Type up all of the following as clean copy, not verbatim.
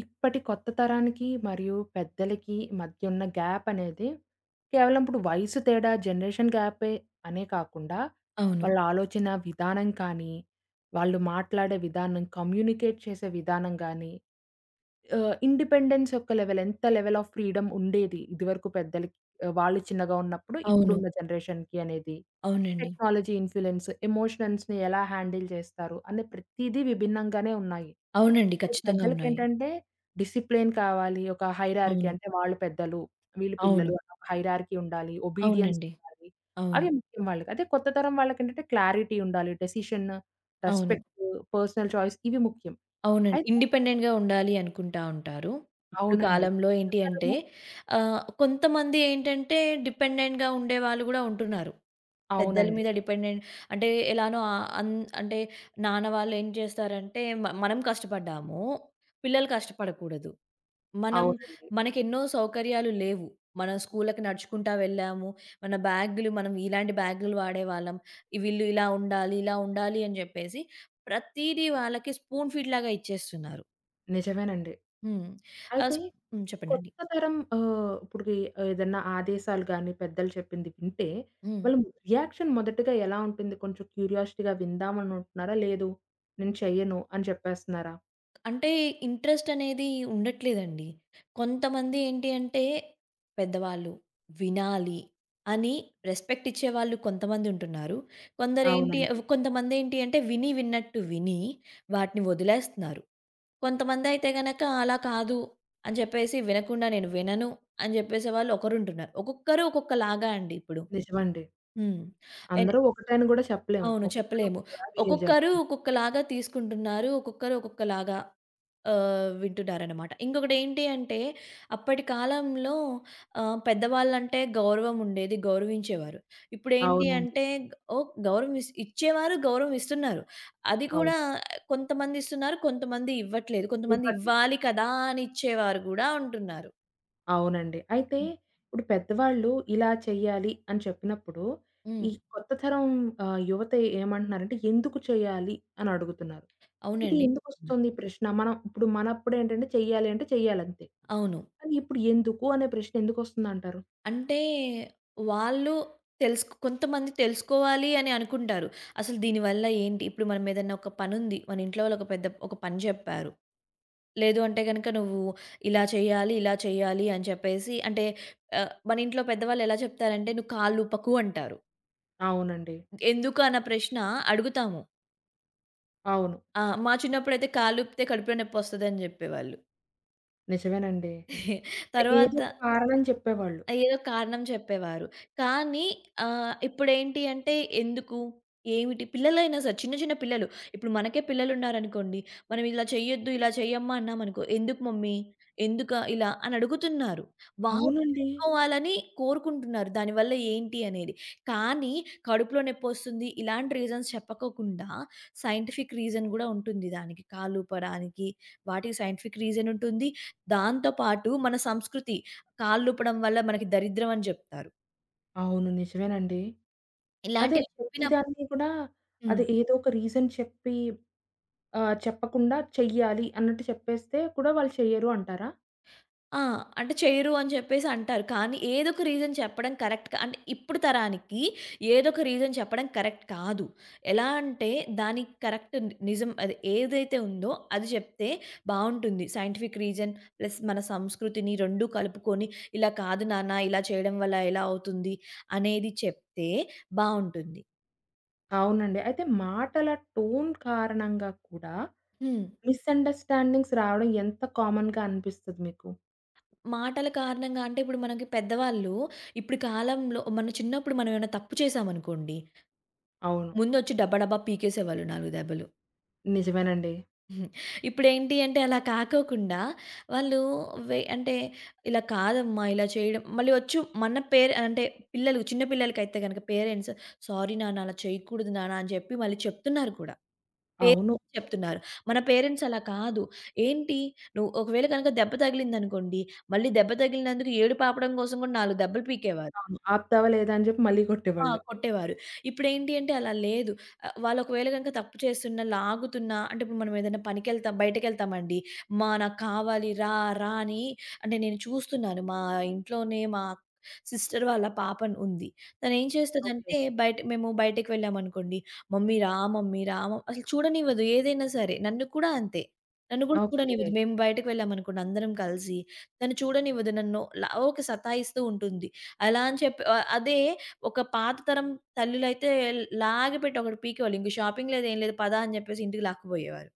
ఇప్పటి కొత్త తరానికి మరియు పెద్దలకి మధ్య ఉన్న గ్యాప్ అనేది కేవలం ఇప్పుడు వయసు తేడా, జనరేషన్ గ్యాపే అనే కాకుండా, అవును. వాళ్ళ ఆలోచన విధానం కానీ, వాళ్ళు మాట్లాడే విధానం, కమ్యూనికేట్ చేసే విధానం గానీ, ఇండిపెండెన్స్ యొక్క లెవెల్ ఎంత లెవెల్ ఆఫ్ ఫ్రీడమ్ ఉండేది ఇదివరకు పెద్దలకి వాళ్ళు చిన్నగా ఉన్నప్పుడు అవును. ఇప్పుడున్న జనరేషన్‌కి అనేది, అవునండి. టెక్నాలజీ ఇన్‌ఫ్లూయెన్స్, ఎమోషనల్స్‌ని ఎలా హ్యాండిల్ చేస్తారు అనే ప్రతీదీ విభిన్నంగానే ఉన్నాయి. అవునండి. ఖచ్చితంగా ఉన్నాయి. పెద్దలకేంటంటే డిసిప్లిన్ కావాలి. ఒక హైరార్కీ అవును. అంటే వాళ్ళు పెద్దలు, వీళ్ళు పిల్లలు అవును. అన్న ఒక హైరార్కీ ఉండాలి. ఒబీడియన్స్ అవునండి. ఉండాలి. అవును. అవి ముఖ్యం వాళ్ళకి. అదే కొత్త తరం వాళ్ళకేంటంటే క్లారిటీ ఉండాలి. డెసిషన్, అవును. రెస్పెక్ట్, పర్సనల్ చాయిస్ ఇవి ముఖ్యం. అవునండి. అయితే ఇండిపెండెంట్‌గా ఉండాలి అనుకుంటా ఉంటారు. ఇప్పుడు అవునండి. కాలంలో కొత్త ఏంటి అంటే తరము కొంతమంది ఏంటంటే డిపెండెంట్‌గా ఉండేవాళ్ళు గూడా ఉంటున్నారు. పెద్దల అవునండి. మీద డిపెండెంట్ అంటే ఎలానో ఆహ్, అన్ అంటే నాన్న వాళ్ళు ఏం చేస్తారంటే మనం కష్టపడ్డాము. పిల్లలు కష్టపడకూడదు. మనం అవునండి. మనకెన్నో సౌకర్యాలు లేవు. మనం స్కూళ్ళకి నడుచుకుంటా వెళ్ళాము. మన బ్యాగులు మనం ఇలాంటి బ్యాగులు వాడేవాళ్ళం. వీళ్ళు ఇలా ఉండాలి, ఇలా ఉండాలి అని చెప్పేసి ప్రతీదీ వాళ్ళకి స్పూన్ ఫీడ్ లాగా ఇచ్చేస్తున్నారు. నిజమేనండి. హ్మ్. ఆ! అయితే స్ప్ హ్మ్. చెప్పండండి. కొత్త తరం ఇప్పుడుకి ఏదన్నా ఆదేశాలు గాని, పెద్దలు చెప్పింది వింటే, హ్మ్. వాళ్ళ రియాక్షన్ మొదటగా ఎలా ఉంటుంది? కొంచెం క్యూరియాసిటీగా విందామనుకుంటున్నారా? లేదు నేను చెయ్యను అని చెప్పేస్తున్నారా? అంటే ఇంట్రెస్ట్ అనేది ఉండట్లేదండి. కొంతమంది ఏంటి అంటే పెద్దవాళ్ళు వినాలి అని రెస్పెక్ట్ ఇచ్చేవాళ్ళు కొంతమంది ఉంటున్నారు. కొందరేంటి అవునండి. కొంతమందేంటి అంటే విని విన్నట్టు విని వాటిని వదిలేస్తున్నారు. కొంతమందయితే గనక అలా కాదు అని చెప్పేసి వినకుండా నేను వినను అని జెప్పేసేవాళ్ళు ఒకరుంటున్నారు. ఒక్కొక్కరు ఒక్కొక్కలాగా అండి ఇప్పుడు. నిజమండి. హ్మ్. ఎన్ అందరూ ఒకటే అని గూడా చెప్పలేము. అవును, ఒక్కొక్కళ్ళు చెప్పలేము. ఒక్కొక్కలా బిహేవ్ ఒక్కొక్కరు చేస్తున్నారు. ఒక్కొక్కలాగా తీసుకుంటున్నారు. ఒక్కొక్కరు ఒక్కొక్కలాగా వింటున్నారనమాట. ఇంకొకటేంటి అంటే, అప్పటి కాలంలో పెద్దవాళ్ళంటే గౌరవం ఉండేది, గౌరవించేవారు. ఇప్పుడేంటి అవునండి. అంటే ఓహ్! గౌరవం ఇచ్చేవారు, గౌరవం ఇస్తున్నారు. అది అవును. కూడా కొంతమంది ఇస్తున్నారు, కొంతమంది ఇవ్వట్లేదు. కొంతమంది ఇవ్వట్లేదు. ఇవ్వాలి కదా! అని ఇచ్చేవారు గూడా ఉంటున్నారు. అవునండి. అయితే హ్మ్. ఇప్పుడు పెద్దవాళ్ళు ఇలా చెయ్యాలి అని చెప్పినప్పుడు, ఈ హ్మ్. కొత్త తరం యువత ఏమంటున్నారంటే, ఎందుకు చేయాలి అని అడుగుతున్నారు. ఇది అవునండి. ఎందుకొస్తుంది ఈ ప్రశ్న? మనం ఇప్పుడు మనప్పుడేంటంటే చెయ్యాలి అంటే చెయ్యాలంతే. అవును. కానీ ఇప్పుడు ఎందుకు అనే ప్రశ్న ఎందుకొస్తుందంటారు? అంటే వాళ్ళు కొంతమంది తెలుసుకోవాలి అని అనుకుంటారు. అసలు దీనివల్ల ఏంటి? ఇప్పుడు మనం ఏదన్నా ఒక పనుంది. మన ఇంట్లో వాళ్ళొక పెద్ద ఒక పని జెప్పారు. లేదు అంటే గనక నువ్వు ఇలా చేయాలి, ఇలా చేయాలి అని చెప్పేసి అంటే మన ఇంట్లో పెద్దవాళ్ళు ఎలా చెప్తారంటే, "నువ్వు కాళ్ళూపకు" అంటారు. అవునండి. ఎందుకు అన్న ప్రశ్న అడుగుతాము. అవును. ఆ! మా చిన్నప్పుడైతే కాళ్ళూపితే కడుపులో నొప్పొస్తదని జెప్పేవాళ్ళు. నిజమేనండి. ఏదో తర్వాత ఒక కారణం చెప్పేవాళ్ళు. ఏదో కారణం చెప్పేవారు. కానీ ఇప్పుడేంటి అంటే ఎందుకు? ఏమిటి? పిల్లలైనా సరే చిన్న చిన్న పిల్లలు. ఇప్పుడు మనకే పిల్లలున్నారనుకోండి. మనం ఇలా చెయ్యొద్దు, ఇలా చెయ్యమ్మా అన్నామనుకో, ఎందుకు మమ్మీ? ఎందుకా ఇలా అని అడుగుతున్నారు. వాళ్ళు అవునండి. తెలుసుకోవాలని కోరుకుంటున్నారు. దానివల్ల ఏంటి అనేది. కానీ కడుపులో నొప్పొస్తుంది ఇలాంటి రీజన్స్ చెప్పకోకుండా సైంటిఫిక్ రీజన్ గూడా ఉంటుంది దానికి. కాళ్ళూపడానికి వాటికి సైంటిఫిక్ రీజన్ ఉంటుంది. దాంతో పాటు మన సంస్కృతి కాళ్ళూపడం వల్ల మనకి దరిద్రం అని జెప్తారు. అవును. నిజమేనండి. అదే ఇలాంటివి చెప్పినప్పుడు ప్రతిదాన్ని కూడా హ్మ్. అది ఏదో ఒక రీజన్ చెప్పి చెప్పకుండా చెయ్యాలి అన్నట్టు చెప్పేస్తే కూడా వాళ్ళు చెయ్యరు అంటారా? ఆ! అంటే చెయ్యరు అని చెప్పేసి అంటారు. కానీ ఏదో ఒక రీజన్ చెప్పడం కరెక్ట్ కా అంటే ఇప్పుడు తరానికి ఏదో ఒక రీజన్ చెప్పడం కరెక్ట్ కాదు. ఎలా అంటే దానికి కరెక్ట్ ని నిజం అది ఏదైతే ఉందో అది చెప్తే బావుంటుంది. సైంటిఫిక్ రీజన్ ప్లస్ మన సంస్కృతిని 2 కలుపుకొని ఇలా కాదు నాన్న ఇలా చేయడం వల్ల ఎలా అవుతుంది అనేది చెప్తే బావుంటుంది. అవునండి. అయితే మాటల టోన్ కారణంగా కూడా హ్మ్. మిస్‌అండర్‌స్టాండింగ్స్ రావడం ఎంత కామన్‌గా అనిపిస్తది మీకు? మాటల కారణంగా అంటే ఇప్పుడు మనకి పెద్దవాళ్ళు ఇప్పుడు కాలంలో మన చిన్నప్పుడు మనం ఏమైనా తప్పు చేశామనుకోండి, అవును. ముందొచ్చి డబ్బా డబ్బా పీకేసేవాళ్ళు 4 దెబ్బలు. నిజమేనండి. ఇప్పుడేంటి అంటే అలా కాకోకుండా వాళ్ళు అంటే ఇలా కాదమ్మా ఇలా చేయడం మళ్ళీ ఒచ్చు మన పేరు అంటే పిల్లలు చిన్న పిల్లలకైతే గనక పేరెంట్స్ సారీ నాన్న అలా చేయకూడదు నాన్న అని చెప్పి మళ్ళీ చెప్తున్నారు కూడా. అవును. పేరెంట్స్ చెప్తున్నారు. మన పేరెంట్స్ అలా కాదు. ఏంటి నువ్వు ఒకవేళ కనుక దెబ్బ తగిలిందనుకోండి, మళ్ళీ దెబ్బ తగిలినందుకు ఏడుపాపడం కోసం కూడా 4 దెబ్బలు పీకేవారు. అవును. ఆపుతావా లేదా అని చెప్పి మళ్ళీ ఆ! కొట్టేవాళ్ళు. కొట్టేవారు. ఇప్పుడేంటి అంటే అలా లేదు. వాళ్ళు ఒకవేళ గనక తప్పు చేస్తున్నా, లాగుతున్నా అంటే ఇప్పుడు మనం ఏదైనా పనికెళ్తాం బయటకెళ్తామండి. నాకు కావాలి రా, రా అని అంటే నేను చూస్తున్నాను మా ఇంట్లోనే మా సిస్టర్ వాళ్ళ పాపను ఉంది. తనేం ఓకే. చేస్తదంటే బయట మేము బయటకి వెళ్ళామనుకోండి, "మమ్మీ రా మమ్మీ రా" అసలు చూడనివ్వదు ఏదైనా సరే. నన్ను కూడా అంతే. నన్ను కూడా ఓకే. చూడనివ్వదు. మేము బయటకి వెళ్ళామనుకోండి అందరం కలిసి, తను చూడనివ్వదు. నన్ను లా ఊకే సతాయిస్తూ ఉంటుంది. అలా అని చెప్పి అదే ఒక పాత తరం తల్లులైతే లాగిపెట్టి ఒకటి పీకేవాళ్ళు. ఇంక షాపింగ్ లేదు, ఏం లేదు పదా! అని జెప్పేసి ఇంటికి లాక్కుపోయేవారు.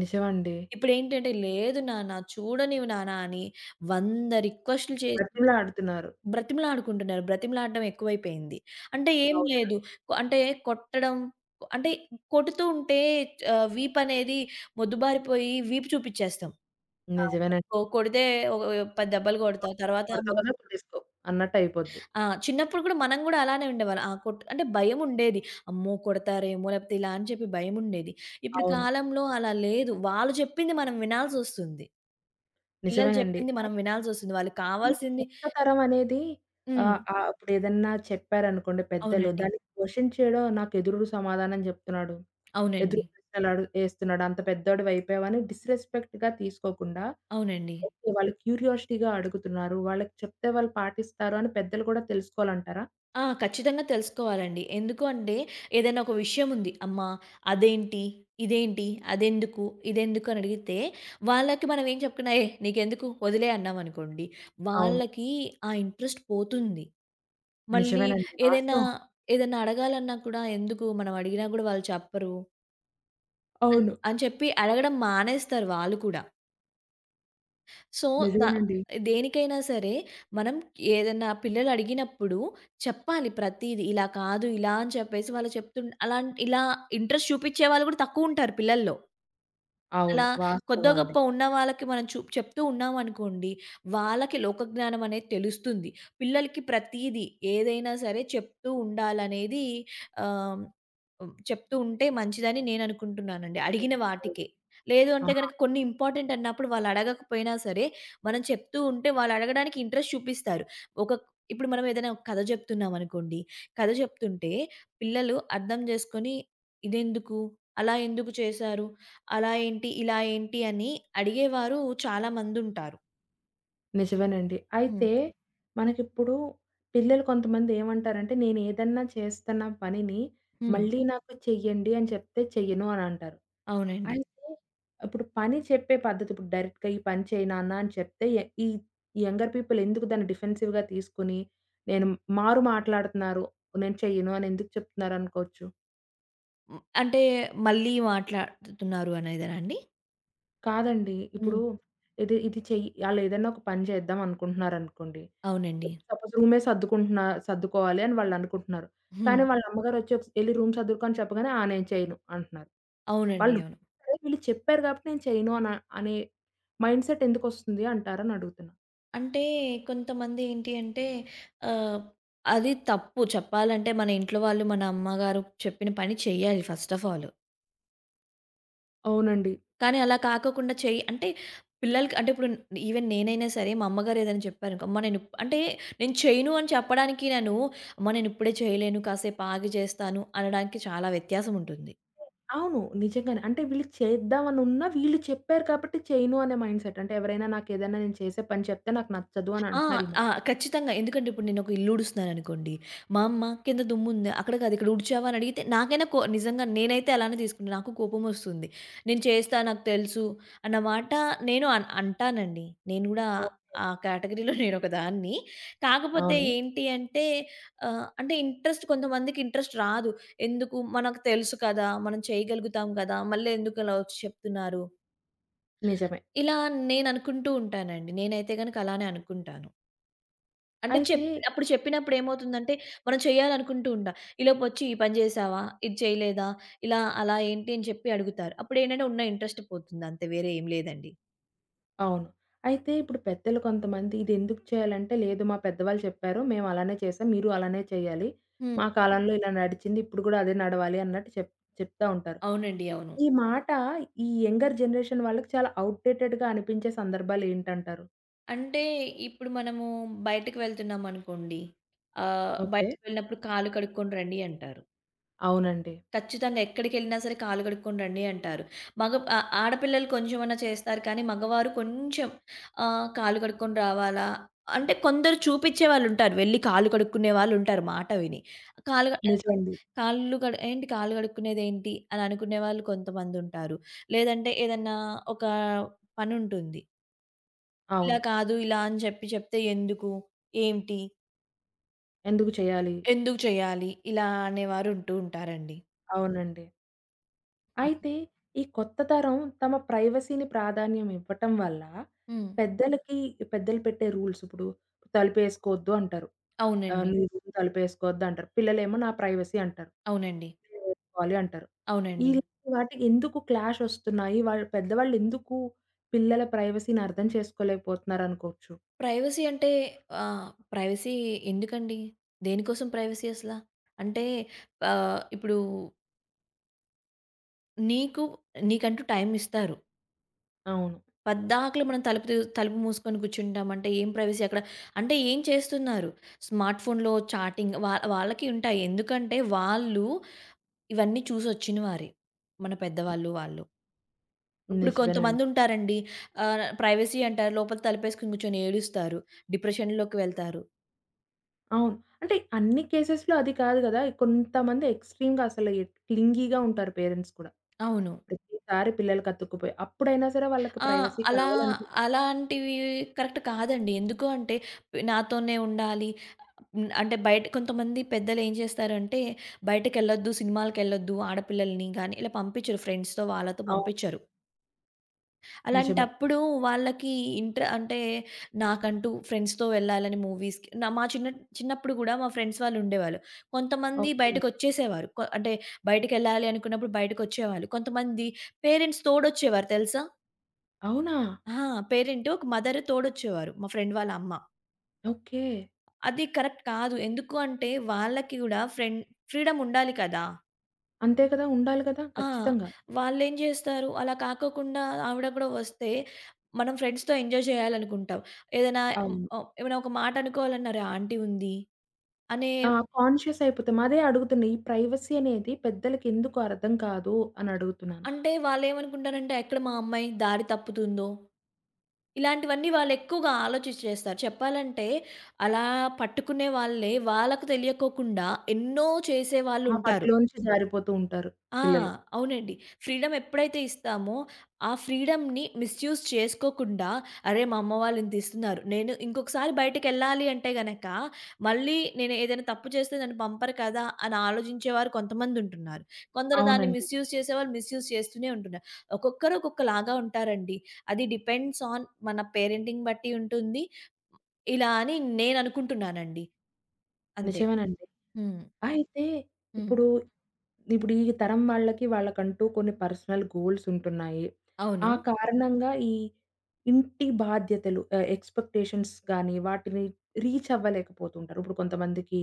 నిజమండి. ఇప్పుడేంటంటే, లేదు నాన్న, చూడనివ్వు నాన్న అని 100 రిక్వెస్ట్‌లు చేసి బతిమలాడుతున్నారు. బ్రతిమలాడుకుంటున్నారు. బ్రతిమలాడడం ఎక్కువైపోయింది. అంటే ఏం అవును. లేదు. అంటే కొట్టడం అంటే కొడుతూ ఉంటే వీపనేది మొద్దుబారిపోయి వీపు చూపిచ్చేస్తాం. ఆ! నిజమేనండి. కొడితే ఒక 10 దెబ్బలు కొడతావు. తర్వాత కొడతావు కదా కొట్టేసుకో అన్నట్టయిపోద్ది. ఆ! చిన్నప్పుడు కూడా మనం గూడా అలానే ఉండేవాళ్ళం. ఆ! కొట్ అంటే భయముండేది. అమ్మో! కొడతారేమో లేపోతే ఇలా అని చెప్పి భయముండేది. ఇప్పుడు అవును. కాలంలో అలా లేదు. వాళ్ళు చెప్పింది మనం వినాల్సొస్తుంది. పిల్లలు నిజమేనండి. చెప్పింది మనం అయితే వినాల్సొస్తుంది. వాళ్ళకి ఇప్పుడు కావాల్సింది కొత్త తరం అనేది హ్మ్. ఇప్పుడేదన్నా చెప్పారనుకోండి పెద్దలు, అవునండి. దాన్ని క్వెషన్ చేయడం నాకెదురు సమాధానం చెప్తున్నాడు. ఎదురు అవునండి. ప్రశ్నలడు ఏస్తున్నాడు. అంత పెద్దోడివైపోయావని డిస్‌రెస్పెక్ట్‌గా తీసుకోకుండా, అవునండి. ఓకే. వాళ్ళు క్యూరియాసిటీగా అడుగుతున్నారు. వాళ్ళకి చెప్తే వాళ్ళు పాటిస్తారు అని పెద్దలు కూడా తెలుసుకోవాలంటారా? ఆ! ఖచ్చితంగా తెలుసుకోవాలండి. ఎందుకు అంటే ఏదైనా ఒక విషయం ఉంది. అమ్మా! అదేంటి? ఇదేంటి? అదెందుకు? ఇదెందుకు? అని అడిగితే వాళ్ళకి మనం ఏం చెప్పకున్నా, "ఏ నీకెందుకు? వదిలేయ్" అన్నామనుకోండి. అవును. వాళ్ళకి ఆ ఇంట్రెస్ట్ పోతుంది. మళ్ళీ నిజమేనండి. ఏదైనా, వాస్తవం. ఏదైనా అడగాలన్నా కూడా ఎందుకు? మనం అడిగినా కూడా వాళ్ళు చెప్పరు. అవును. అని చెప్పి అడగడం మానేస్తారు వాళ్ళు కూడా. సో, ద నిజమేనండి. దేనికైనా సరే మనం ఏదన్నా పిల్లలు అడిగినప్పుడు చెప్పాలి ప్రతీది. ఇలా కాదు, ఇలా అని చెప్పేసి వాళ్ళు అలా ఇలా ఇంట్రెస్ట్ చూపిచ్చే వాళ్ళు కూడా తక్కువుంటారు పిల్లల్లో. అలా అవును. వాస్తవం కొద్దో అండి. గొప్పో ఉన్న వాళ్ళకి మనం చెప్తూ ఉన్నామనుకోండి, వాళ్ళకి లోకజ్ఞానం అనేది తెలుస్తుంది. పిల్లలకి ప్రతీదీ ఏదైనా సరే చెప్తూ ఉండాలనేది ఆహ్, హ్మ్. చెప్తూ ఉంటే మంచిదని నేననుకుంటున్నానండి. అడిగిన ఓకే. వాటికే. లేదు ఆ! అంటే గనక కొన్ని ఇంపార్టెంట్ అన్నప్పుడు వాళ్ళు అడగకపోయినా సరే, మనం చెప్తూ ఉంటే వాళ్ళు అడగడానికి ఇంట్రెస్ట్ చూపిస్తారు. ఒక ఇప్పుడు మనం ఏదైనా ఒక కథ చెప్తున్నామనుకోండి, కథ చెప్తుంటే పిల్లలు అర్థం జేసుకొని, "ఇదెందుకు? అలా ఎందుకు చేశారు? అలా ఏంటి? ఇలా ఏంటి? అని అడిగేవారు చాలా మందుంటారు. నిజమేనండి. హ్మ్. అయితే మనకిప్పుడు పిల్లలు కొంతమంది ఏమంటారంటే, నేనేదన్నా చేస్తున్న పనిని హ్మ్. మళ్ళీ నాకు చెయ్యండి అని చెప్తే చెయ్యను అని అంటారు. అవునండి. అయితే ఇప్పుడు పని చెప్పే పద్ధతి ఇప్పుడు డైరెక్ట్‌గా ఈ పని చేయి నాన్న అని చెప్తే ఈ యంగర్ పీపుల్ ఎందుకు దాన్ని డిఫెన్సివ్‌గా తీసుకొని, నేను మారు మాట్లాడుతున్నారు. నేను చెయ్యను అని ఎందుకు చెప్తున్నారు అనుకోవచ్చు? హ్మ్. అంటే మళ్ళీ మాట్లాడుతున్నారు అనేదేనా అండి? కాదండి. ఇప్పుడు హ్మ్. ఇది ఇది చెయ్యి ఆళ్ళేదైనా ఒక పని చేద్దాం అనుకుంటున్నారనుకోండి. అవునండి. సపోజ్ రూమే సర్దుకుంటున్నా సర్దుకోవాలి అని వాళ్ళనుకుంటున్నారు. హ్మ్. కానీ వాళ్ళ అమ్మగారొచ్చి ఒకసా "ఎళ్లి రూమ్ సర్దుకో" అని చెప్పగానే "ఆ! నేను చేయను" అంటున్నారు. అవునండి. వాళ్ళు అవును. సరే వీళ్ళు చెప్పారు కాబట్టి నేను చేయను అనే మైండ్ సెట్ ఎందుకొస్తుంది అంటారని అడుగుతున్నా? అంటే కొంతమంది ఏంటి అంటే ఆహ్, అది తప్పు చెప్పాలంటే మన ఇంట్లో వాళ్ళు మన అమ్మగారు చెప్పిన పని చేయాలి ఫస్ట్ ఆఫ్ ఆల్. అవునండి. కానీ అలా కాకోకుండా చెయ్యి అంటే పిల్లలకి అంటే ఇప్పుడు ఈవెన్ నేనైనా సరే మా అమ్మగారు ఏదైనా చెప్పారనుకో, అమ్మ నేను ఇప్ అంటే నేను చేయను అని చెప్పడానికి నేను, అమ్మ నేనిప్పుడే చేయలేను కాసేపు ఆగి చేస్తాను అనడానికి చాలా వ్యత్యాసం ఉంటుంది. అవును. నిజంగానే. అంటే వీళ్ళు చేద్దామనున్నా వీళ్ళు చెప్పారు కాబట్టి చేయను అనే మైండ్ సెట్. అంటే ఎవరైనా నాకేదైనా నేను చేసే పని చెప్తే నాకు నచ్చదు అని ఆ! అంటున్నారు ఈ ఆ! మధ్య. ఖచ్చితంగా. ఎందుకంటే ఇప్పుడు నేనొక ఇల్లు ఊడుస్తున్నాననుకోండి, మా అమ్మ "కింద దుమ్ముంది, అక్కడ కాదు ఇక్కడ ఊడ్చావా?" అని అడిగితే నాకైనా నిజంగా నేనైతే అలానే తీసుకుంటా. నాకు కోపమొస్తుంది. నేను చేస్తా, నాకు తెలుసు అన్న మాట నేను అంటానండి. నేను గూడా అవు- ఆ కేటగరీలో నేనొక దాన్ని. కాకపోతే అవును. ఏంటి అంటే అంటే కొంతమందికి ఇంట్రెస్ట్ రాదు. ఎందుకు మనకు తెలుసు కదా! మనం చేయగలుగుతాం కదా! మళ్ళీ ఎందుకలా వచ్చి చెప్తున్నారు? నిజమే. ఇలా నేననుకుంటూ ఉంటానండి. నేనైతే గనక అలానే అనుకుంటాను. అంటే అయితే చెప్పినప్పుడు ఏమవుతుందంటే, మనం చేయాలనుకుంటూ ఉంటా. ఈలోపొచ్చి "ఈ పని చేశావా? ఇది చేయలేదా? ఇలా అలా ఏంటి?" అని చెప్పి అడుగుతారు. అప్పుడేంటంటే ఉన్న ఇంట్రెస్ట్ పోతుంది అంతే. వేరే ఏం లేదండి. అవును. అయితే ఇప్పుడు పెద్దలు కొంతమంది ఇదెందుకు చేయాలంటే, లేదు మా పెద్దవాళ్ళు చెప్పారు. మేము అలానే చేసాం. మీరు అలానే చేయాలి. మా హ్మ్. కాలంలో ఇలా నడిచింది. ఇప్పుడు గూడా అదే నడవాలి అన్నట్టు చెప్తా ఉంటారు. అవునండి. అవును. ఈ మాట ఈ యంగర్ జనరేషన్ వాళ్ళకి చాలా ఔట్‌డేటెడ్‌గా అనిపించే సందర్భాలేంటంటారు? అంటే ఇప్పుడు మనము బయటకి వెళ్తున్నామనుకోండి. ఓకే. బయటకి వెళ్ళినప్పుడు కాళ్ళు కడుక్కొని రండి అంటారు. అవునండి. ఖచ్చితంగా. ఎక్కడికెళ్ళినా సరే కాళ్ళు కడుక్కొని రండి అంటారు. మగ ఆ ఆడపిల్లలు కొంచెమన్నా చేస్తారు కానీ, మగవారు కొంచెం కాళ్ళు కడుక్కొని రావాలా? అంటే కొందరు చూపిచ్చేవాళ్ళుంటారు. వెళ్లి కాళ్ళు కడుక్కునే వాళ్ళుంటారు మాట విని. కాళ్ళు ఆహ్, నిజమండి. కాళ్ళు కడు ఏంటి కాళ్ళు కడుక్కునేదేంటి? అని అనుకునే వాళ్ళు కొంతమందుంటారు. లేదంటే ఏదన్నా ఒక పనుంటుంది. ఇలా అవును. కాదు, ఇలా అని చెప్పి చెప్తే ఎందుకు? ఏంటి? ఎందుకు చేయాలి? ఎందుకు చేయాలి? ఇలా అనేవారు ఉంటూ ఉంటారండి. అవునండి. హ్మ్. అయితే, ఈ కొత్త తరం తమ ప్రైవసీని ప్రాధాన్యం ఇవ్వటం వల్ల, హ్మ్. పెద్దలకి పెద్దలు పెట్టే రూల్స్ ఇప్పుడు తలుపేసుకోవద్దు అంటారు. అవునండి. "నీ రూమ్ తలుపేసుకోవద్దు" అంటారు. పిల్లలేమో నా ప్రైవసీ అంటారు. అవునండి. "నేనేసుకోవాలి" అంటారు. అవునండి. ఇలాంటి వాటికి ఎందుకు క్లాష్ ఒస్తున్నాయి? వాళ్ళు పెద్దవాళ్ళు ఎందుకు పిల్లల ప్రైవసీని అర్థం చేసుకోలేకపోతున్నారనుకోవచ్చు. ప్రైవసీ అంటే ఆహ్, ప్రైవసీ ఎందుకండి? దేనికోసం ప్రైవసీ అసలా? అంటే ఇప్పుడు నీకు నీకంటూ టైమ్ ఇస్తారు. అవును. పద్దాకల మనం తలుపు మూసుకొని కూర్చుంటామంటే ఏం ప్రైవసీ అక్కడ? అంటే ఏం చేస్తున్నారు? స్మార్ట్ ఫోన్‌లో చాటింగ్ వాళ్ళకి ఉంటాయి. ఎందుకంటే వాళ్ళు ఇవన్నీ చూసొచ్చిన వారే. మన పెద్దవాళ్ళు వాళ్ళు. ఇప్పుడు నిజమేనండి. కొంతమందుంటారండి ప్రైవసీ అంటారు. లోపల తలుపేసుకొని కూర్చొని ఏడుస్తారు. డిప్రెషన్‌లోకి వెళ్తారు. అవును. అంటే అన్ని కేసెస్‌లో అది కాదు గదా! కొంతమంది ఎక్స్‌ట్రీమ్‌గా అసలు క్లింగీగా ఉంటారు పేరెంట్స్ కూడా. అవును. ప్రతిసారి పిల్లలకి అతుక్కుపోయి. అప్పుడైనా సరే వాళ్ళకి ఆ! ప్రైవసీ అలా కావాలనిపిస్తుంది. అలాంటివి కరెక్ట్ కాదండి. ఎందుకు అంటే నాతోనే ఉండాలి. హ్మ్. అంటే బయట కొంతమంది పెద్దలేం చేస్తారంటే బయటకెళ్ళొద్దు, సినిమాలకెళ్ళొద్దు ఆడపిల్లల్ని గాని ఇలా పంపించరు. ఫ్రెండ్స్‌తో వాళ్ళతో అవును. పంపించరు. నిజమే. అలాంటప్పుడు వాళ్ళకి అంటే నాకంటూ ఫ్రెండ్స్‌తో వెళ్ళాలని మూవీస్‌కి నా మా చిన్న చిన్నప్పుడు గూడా మా ఫ్రెండ్స్ వాళ్ళు ఉండేవాళ్ళు. కొంతమంది ఓకే. బయటకొచ్చేసేవారు. అంటే బయటికెళ్ళాలి అనుకున్నప్పుడు బయటకొచ్చేవాళ్ళు. కొంతమంది పేరెంట్స్ తోడొచ్చేవారు తెలుసా? అవునా? ఆ! పేరెంట్ ఒక మదర్ తోడొచ్చేవారు. మా ఫ్రెండ్ వాళ్ళ అమ్మ. ఓకే. అది కరెక్ట్ కాదు. ఎందుకు అంటే వాళ్ళకి గూడా ఫ్రీడమ్ ఉండాలి కదా! అంతే కదా! ఉండాలి కదా! ఆ! ఖచ్చితంగా. వాళ్ళేం జేస్తారు అలా కాకోకుండా ఆవిడ గూడా వస్తే మనం ఫ్రెండ్స్‌తో ఎంజాయ్ జేయాలనుకుంటాం. ఏదైనా అవును. ఏమైనా ఒక మాట అనుకోవాలన్నా "అరే! ఆంటీ ఉంది" అనే ఆ! కాన్షియస్ అయిపోతాం. అదే అడుగుతున్నా. ఈ ప్రైవసీ అనేది పెద్దలకి ఎందుకు అర్థం కాదు అని అడుగుతున్నాను. అంటే వాళ్ళేమనుకుంటారంటే ఎక్కడ మా అమ్మాయి దారి తప్పుతుందో! ఇలాంటివన్నీ వాళ్ళెక్కువగా ఆలోచించి చేస్తారు. చెప్పాలంటే అలా పట్టుకునే వాళ్ళే వాళ్ళకు తెలియకోకుండా ఎన్నో ఆ చేసేవాళ్ళుంటారు. పట్టులోంచి జారిపోతూ ఉంటారు ఆ! పిల్లలు. అవునండి. ఫ్రీడమ్ ఎప్పుడైతే ఇస్తామో, ఆ ఫ్రీడమ్‌ని మిస్‌యూజ్ చేసుకోకుండా, అరే! మా అమ్మ వాళ్ళు ఇంతిస్తున్నారు. నేను ఇంకొకసారి బయటికెళ్ళాలి అంటే గనక, మళ్ళీ నేను ఏదైనా తప్పు చేస్తే నన్ను పంపరు కదా! అని ఆలోచించేవారు కొంతమందుంటున్నారు. కొందరు దాన్ని అవునండి. మిస్‌యూజ్ చేసేవాళ్ళు మిస్‌యూజ్ చేస్తూనే ఉంటున్నారు. ఒక్కొక్కరు ఒక్కొక్కలాగా ఉంటారండి. అది డిపెండ్స్ ఆన్ మన పేరెంటింగ్ బట్టి ఉంటుంది. ఇలా అని నేననుకుంటున్నానండి. అంతే. నిజమేనండి. హ్మ్. అయితే హ్మ్. ఇప్పుడు ఇప్పుడు ఈ తరం వాళ్ళకి వాళ్ళకంటూ కొన్ని పర్సనల్ గోల్స్ ఉంటున్నాయి. అవును. ఆ కారణంగా ఈ ఇంటి బాధ్యతలు ఎక్స్‌పెక్టేషన్స్ గాని వాటిని రీచ్ అవ్వలేకపోతుంటారు. ఇప్పుడు కొంతమందికి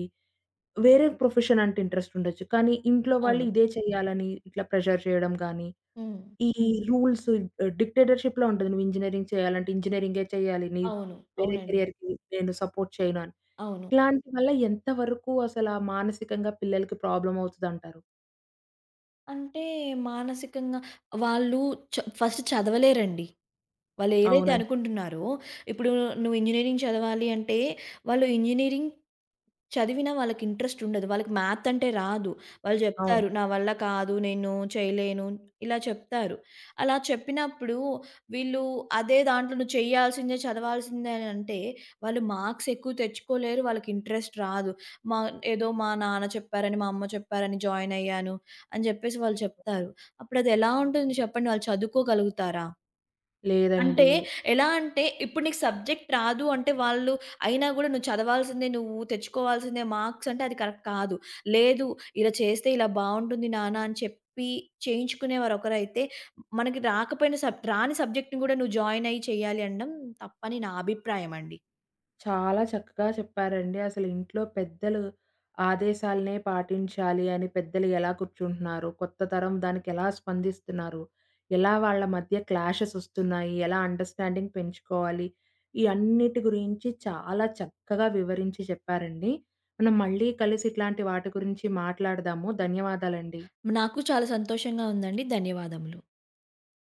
వేరే ప్రొఫెషన్ అంటే ఇంట్రెస్ట్ ఉండొచ్చు. కానీ ఇంట్లో వాళ్ళు అవును. ఇదే చేయాలని ఇట్లా ప్రెషర్ చేయడం గాని, హ్మ్. ఈ రూల్స్ డిక్టేటర్‌షిప్‌లా ఉంటది. నువ్వు ఇంజినీరింగ్ చేయాలంటే ఇంజినీరింగే చేయాలి. నీ అవును. వేరే అవునండి. కేరియర్‌కి నేను సపోర్ట్ చేయను అని. అవును. ఇలాంటి వల్ల ఎంత వరకు అసల మానసికంగా పిల్లలకి ప్రాబ్లమ్ అవుతదంటారు? అంటే మానసికంగా వాళ్ళు ఫస్ట్ చదవలేరండి. వాళ్ళేదైతే అవునండి. అనుకుంటున్నారో, ఇప్పుడు నువ్వు ఇంజినీరింగ్ చదవాలి అంటే, వాళ్ళు ఇంజినీరింగ్ చదివినా వాళ్ళకి ఇంట్రెస్ట్ ఉండదు. వాళ్ళకి మ్యాథ్ అంటే రాదు. వాళ్ళు అవును. చెప్తారు, "నా వల్ల కాదు. నేను చేయలేను." ఇలా చెప్తారు. అలా చెప్పినప్పుడు వీళ్ళు అదే దాంట్లో నువ్వు చేయాల్సిందే, చదవాల్సిందే అని అంటే, వాళ్ళు మార్క్స్ ఎక్కువ తెచ్చుకోలేరు. వాళ్ళకి ఇంట్రెస్ట్ రాదు. మా ఏదో మా నాన్న చెప్పారని, మా అమ్మ చెప్పారని జాయిన్ అయ్యాను. అని జెప్పేసి వాళ్ళు చెప్తారు. అప్పుడదెలా ఉంటుంది చెప్పండి? వాళ్ళు చదువుకోగలుగుతారా? లేదండి. అంటే ఎలా అంటే ఇప్పుడు నీకు సబ్జెక్ట్ రాదు అంటే వాళ్ళు అయినా గూడా నువ్వు చదవాల్సిందే, నువ్వు తెచ్చుకోవాల్సిందే మార్క్స్ అంటే అది కరెక్ట్ కాదు. లేదు ఇలా చేస్తే ఇలా బావుంటుంది నాన్న అని చెప్పి చేయించుకునేవారు ఒకరైతే, మనకి రాకపోయిన రాని సబ్జెక్ట్‌ని గూడా నువ్వు జాయిన్ అయ్యి చేయాలి అనడం తప్పని నా అభిప్రాయం అండి. చాలా చక్కగా చెప్పారండి. అసలు ఇంట్లో పెద్దలు ఆదేశాలనే పాటించాలి అని పెద్దలు ఎలా కూర్చుంటున్నారు? కొత్త తరం దానికెలా స్పందిస్తున్నారు? ఎలా వాళ్ళ మధ్య క్లాషెస్ ఒస్తున్నాయి? ఎలా అండర్‌స్టాండింగ్ పెంచుకోవాలి? ఈ అన్నిటి గురించి చాలా చక్కగా వివరించి చెప్పారండి. మనం మళ్ళీ కలిసి ఇట్లాంటి వాటి గురించి మాట్లాడదాము. ధన్యవాదాలండి. నాకు చాలా సంతోషంగా ఉందండి. ధన్యవాదములు.